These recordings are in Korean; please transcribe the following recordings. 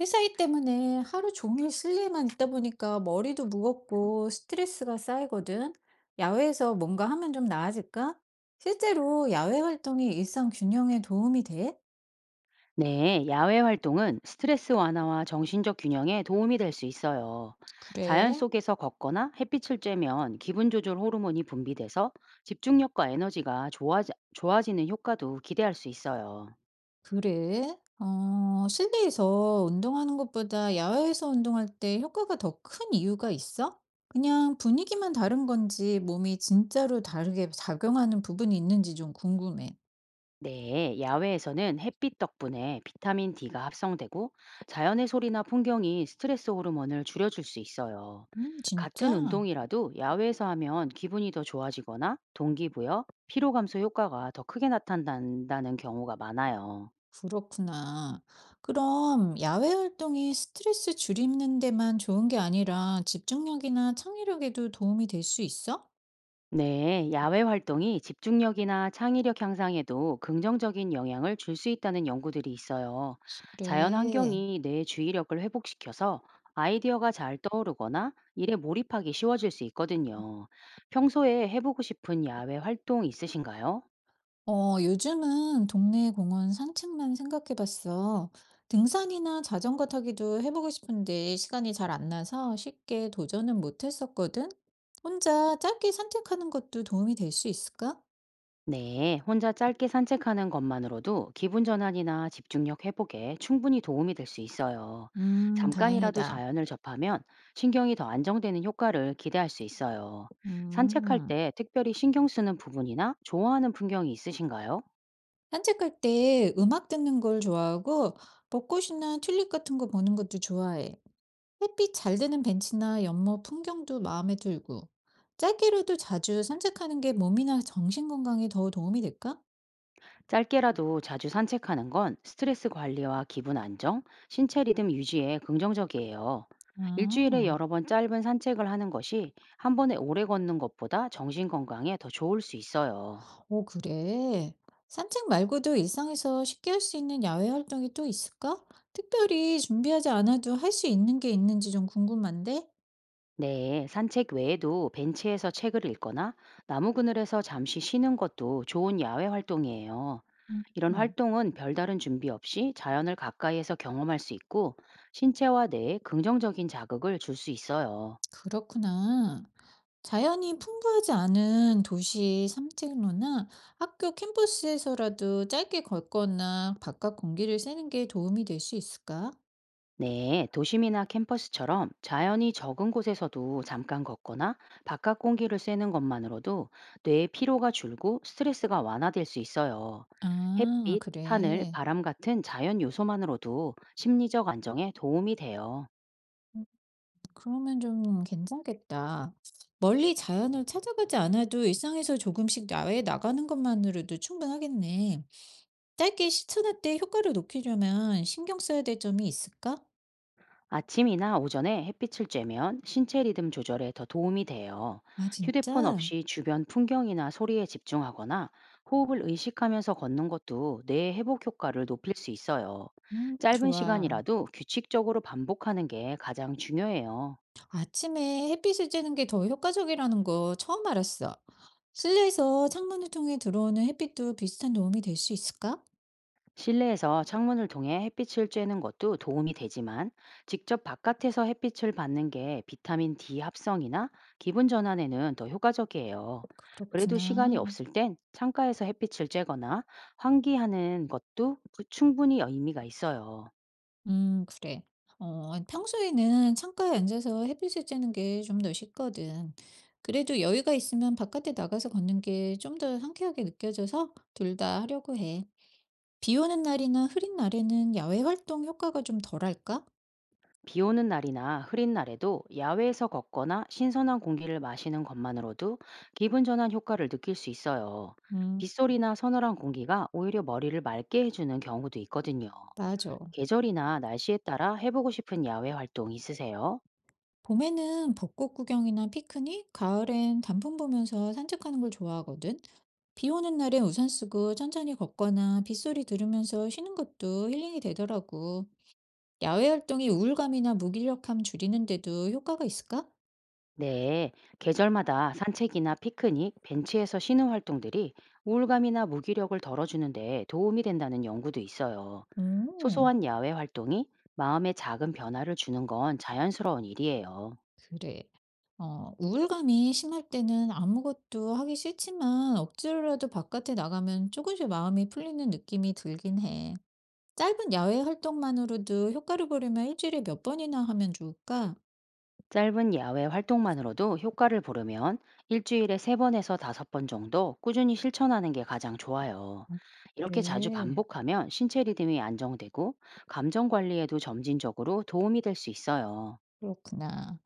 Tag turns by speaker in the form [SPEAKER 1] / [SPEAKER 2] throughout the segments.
[SPEAKER 1] 회사일 때문에 하루 종일 실내에만 있다 보니까 머리도 무겁고 스트레스가 쌓이거든. 야외에서 뭔가 하면 좀 나아질까? 실제로 야외 활동이 일상 균형에 도움이 돼?
[SPEAKER 2] 네, 야외 활동은 스트레스 완화와 정신적 균형에 도움이 될 수 있어요. 자연
[SPEAKER 1] 그래.
[SPEAKER 2] 속에서 걷거나 햇빛을 쬐면 기분 조절 호르몬이 분비돼서 집중력과 에너지가 좋아지는 효과도 기대할 수 있어요.
[SPEAKER 1] 그래. 실내에서 운동하는 것보다 야외에서 운동할 때 효과가 더 큰 이유가 있어? 그냥 분위기만 다른 건지 몸이 진짜로 다르게 작용하는 부분이 있는지 좀 궁금해.
[SPEAKER 2] 네, 야외에서는 햇빛 덕분에 비타민 D가 합성되고 자연의 소리나 풍경이 스트레스 호르몬을 줄여줄 수 있어요. 같은
[SPEAKER 1] 진짜?
[SPEAKER 2] 운동이라도 야외에서 하면 기분이 더 좋아지거나 동기부여, 피로 감소 효과가 더 크게 나타난다는 경우가 많아요.
[SPEAKER 1] 그렇구나. 그럼 야외 활동이 스트레스 줄이는 데만 좋은 게 아니라 집중력이나 창의력에도 도움이 될 수 있어?
[SPEAKER 2] 네, 야외 활동이 집중력이나 창의력 향상에도 긍정적인 영향을 줄 수 있다는 연구들이 있어요. 자연
[SPEAKER 1] 그래.
[SPEAKER 2] 환경이 뇌의 주의력을 회복시켜서 아이디어가 잘 떠오르거나 일에 몰입하기 쉬워질 수 있거든요. 평소에 해보고 싶은 야외 활동 있으신가요?
[SPEAKER 1] 요즘은 동네 공원 산책만 생각해 봤어. 등산이나 자전거 타기도 해보고 싶은데 시간이 잘 안 나서 쉽게 도전은 못 했었거든. 혼자 짧게 산책하는 것도 도움이 될 수 있을까?
[SPEAKER 2] 네, 혼자 짧게 산책하는 것만으로도 기분 전환이나 집중력 회복에 충분히 도움이 될 수 있어요. 잠깐이라도
[SPEAKER 1] 다행이다.
[SPEAKER 2] 자연을 접하면 신경이 더 안정되는 효과를 기대할 수 있어요. 산책할
[SPEAKER 1] 음.
[SPEAKER 2] 때 특별히 신경 쓰는 부분이나 좋아하는 풍경이 있으신가요?
[SPEAKER 1] 산책할 때 음악 듣는 걸 좋아하고 벚꽃이나 튤립 같은 거 보는 것도 좋아해. 햇빛 잘 드는 벤치나 연못 풍경도 마음에 들고. 짧게라도 자주 산책하는 게 몸이나 정신 건강에 더 도움이 될까?
[SPEAKER 2] 짧게라도 자주 산책하는 건 스트레스 관리와 기분 안정, 신체 리듬 유지에 긍정적이에요. 일주일에
[SPEAKER 1] 아,
[SPEAKER 2] 여러 번 짧은 산책을 하는 것이 한 번에 오래 걷는 것보다 정신 건강에 더 좋을 수 있어요.
[SPEAKER 1] 오, 그래. 산책 말고도 일상에서 쉽게 할 수 있는 야외 활동이 또 있을까? 특별히 준비하지 않아도 할 수 있는 게 있는지 좀 궁금한데?
[SPEAKER 2] 네, 산책 외에도 벤치에서 책을 읽거나 나무 그늘에서 잠시 쉬는 것도 좋은 야외 활동이에요. 이런
[SPEAKER 1] 음.
[SPEAKER 2] 활동은 별다른 준비 없이 자연을 가까이에서 경험할 수 있고 신체와 뇌에 긍정적인 자극을 줄 수 있어요.
[SPEAKER 1] 그렇구나. 자연이 풍부하지 않은 도시 산책로나 학교 캠퍼스에서라도 짧게 걷거나 바깥 공기를 쐬는 게 도움이 될 수 있을까?
[SPEAKER 2] 네, 도심이나 캠퍼스처럼 자연이 적은 곳에서도 잠깐 걷거나 바깥 공기를 쐬는 것만으로도 뇌의 피로가 줄고 스트레스가 완화될 수 있어요.
[SPEAKER 1] 아,
[SPEAKER 2] 햇빛, 하늘,
[SPEAKER 1] 그래.
[SPEAKER 2] 바람 같은 자연 요소만으로도 심리적 안정에 도움이 돼요.
[SPEAKER 1] 음, 그러면 좀 괜찮겠다. 멀리 자연을 찾아가지 않아도 일상에서 조금씩 야외에 나가는 것만으로도 충분하겠네. 짧게 실천할 때 효과를 높이려면 신경 써야 될 점이 있을까?
[SPEAKER 2] 아침이나 오전에 햇빛을 쬐면 신체 리듬 조절에 더 도움이 돼요.
[SPEAKER 1] 아,
[SPEAKER 2] 휴대폰
[SPEAKER 1] 진짜?
[SPEAKER 2] 없이 주변 풍경이나 소리에 집중하거나 호흡을 의식하면서 걷는 것도 뇌의 회복 효과를 높일 수 있어요. 짧은
[SPEAKER 1] 좋아.
[SPEAKER 2] 시간이라도 규칙적으로 반복하는 게 가장 중요해요.
[SPEAKER 1] 아침에 햇빛을 쬐는 게 더 효과적이라는 거 처음 알았어. 실내에서 창문을 통해 들어오는 햇빛도 비슷한 도움이 될 수 있을까?
[SPEAKER 2] 실내에서 창문을 통해 햇빛을 쬐는 것도 도움이 되지만 직접 바깥에서 햇빛을 받는 게 비타민 D 합성이나 기분 전환에는 더 효과적이에요. 그래도 시간이
[SPEAKER 1] 그렇구나.
[SPEAKER 2] 없을 땐 창가에서 햇빛을 쬐거나 환기하는 것도 충분히 의미가 있어요.
[SPEAKER 1] 그래. 평소에는 창가에 앉아서 햇빛을 쬐는 게 좀 더 쉽거든. 그래도 여유가 있으면 바깥에 나가서 걷는 게 좀 더 상쾌하게 느껴져서 둘 다 하려고 해. 비 오는 날이나 흐린 날에는 야외 활동 효과가 좀 덜할까?
[SPEAKER 2] 비 오는 날이나 흐린 날에도 야외에서 걷거나 신선한 공기를 마시는 것만으로도 기분 전환 효과를 느낄 수 있어요.
[SPEAKER 1] 음,
[SPEAKER 2] 빗소리나 서늘한 공기가 오히려 머리를 맑게 해주는 경우도 있거든요.
[SPEAKER 1] 맞아.
[SPEAKER 2] 계절이나 날씨에 따라 해보고 싶은 야외 활동 있으세요?
[SPEAKER 1] 봄에는 벚꽃 구경이나 피크닉, 가을엔 단풍 보면서 산책하는 걸 좋아하거든. 비 오는 날엔 우산 쓰고 천천히 걷거나 빗소리 들으면서 쉬는 것도 힐링이 되더라고. 야외 활동이 우울감이나 무기력함 줄이는데도 효과가 있을까?
[SPEAKER 2] 네, 계절마다 산책이나 피크닉, 벤치에서 쉬는 활동들이 우울감이나 무기력을 덜어주는데 도움이 된다는 연구도 있어요.
[SPEAKER 1] 오,
[SPEAKER 2] 소소한 야외 활동이 마음에 작은 변화를 주는 건 자연스러운 일이에요.
[SPEAKER 1] 그래. 우울감이 심할 때는 아무것도 하기 싫지만 억지로라도 바깥에 나가면 조금씩 마음이 풀리는 느낌이 들긴 해. 짧은 야외 활동만으로도 효과를 보려면 일주일에 몇 번이나 하면 좋을까?
[SPEAKER 2] 짧은 야외 활동만으로도 효과를 보려면 일주일에 3번에서 5번 정도 꾸준히 실천하는 게 가장 좋아요.
[SPEAKER 1] 음,
[SPEAKER 2] 이렇게 자주
[SPEAKER 1] 그래.
[SPEAKER 2] 반복하면 신체 리듬이 안정되고 감정 관리에도 점진적으로 도움이 될 수 있어요.
[SPEAKER 1] 그렇구나.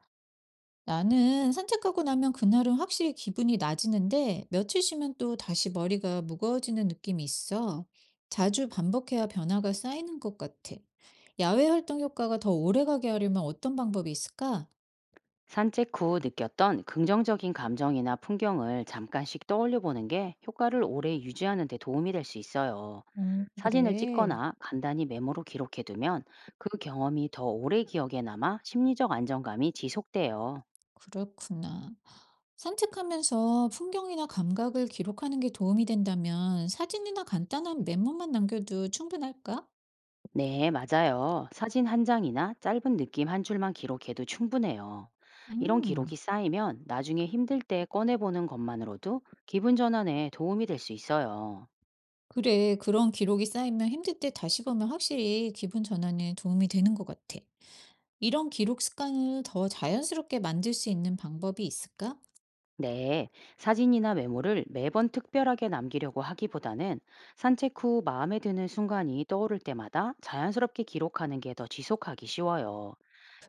[SPEAKER 1] 나는 산책하고 나면 그날은 확실히 기분이 나지는데 며칠 쉬면 또 다시 머리가 무거워지는 느낌이 있어. 자주 반복해야 변화가 쌓이는 것 같아. 야외 활동 효과가 더 오래가게 하려면 어떤 방법이 있을까?
[SPEAKER 2] 산책 후 느꼈던 긍정적인 감정이나 풍경을 잠깐씩 떠올려 보는 게 효과를 오래 유지하는 데 도움이 될 수 있어요. 사진을
[SPEAKER 1] 그래.
[SPEAKER 2] 찍거나 간단히 메모로 기록해 두면 그 경험이 더 오래 기억에 남아 심리적 안정감이 지속돼요.
[SPEAKER 1] 그렇구나. 산책하면서 풍경이나 감각을 기록하는 게 도움이 된다면 사진이나 간단한 메모만 남겨도 충분할까?
[SPEAKER 2] 네, 맞아요. 사진 한 장이나 짧은 느낌 한 줄만 기록해도 충분해요. 이런
[SPEAKER 1] 음.
[SPEAKER 2] 기록이 쌓이면 나중에 힘들 때 꺼내보는 것만으로도 기분 전환에 도움이 될 수 있어요.
[SPEAKER 1] 그래, 그런 기록이 쌓이면 힘들 때 다시 보면 확실히 기분 전환에 도움이 되는 것 같아. 이런 기록 습관을 더 자연스럽게 만들 수 있는 방법이 있을까?
[SPEAKER 2] 네, 사진이나 메모를 매번 특별하게 남기려고 하기보다는 산책 후 마음에 드는 순간이 떠오를 때마다 자연스럽게 기록하는 게 더 지속하기 쉬워요.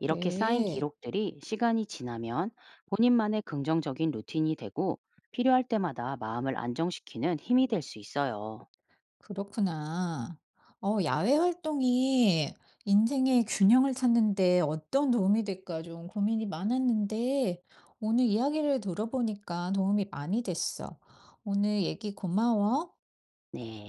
[SPEAKER 2] 이렇게 쌓인 기록들이 시간이 지나면 본인만의 긍정적인 루틴이 되고 필요할 때마다 마음을 안정시키는 힘이 될 수 있어요.
[SPEAKER 1] 그렇구나. 야외 활동이 인생의 균형을 찾는데 어떤 도움이 될까 좀 고민이 많았는데 오늘 이야기를 들어보니까 도움이 많이 됐어. 오늘 얘기 고마워.
[SPEAKER 2] 네.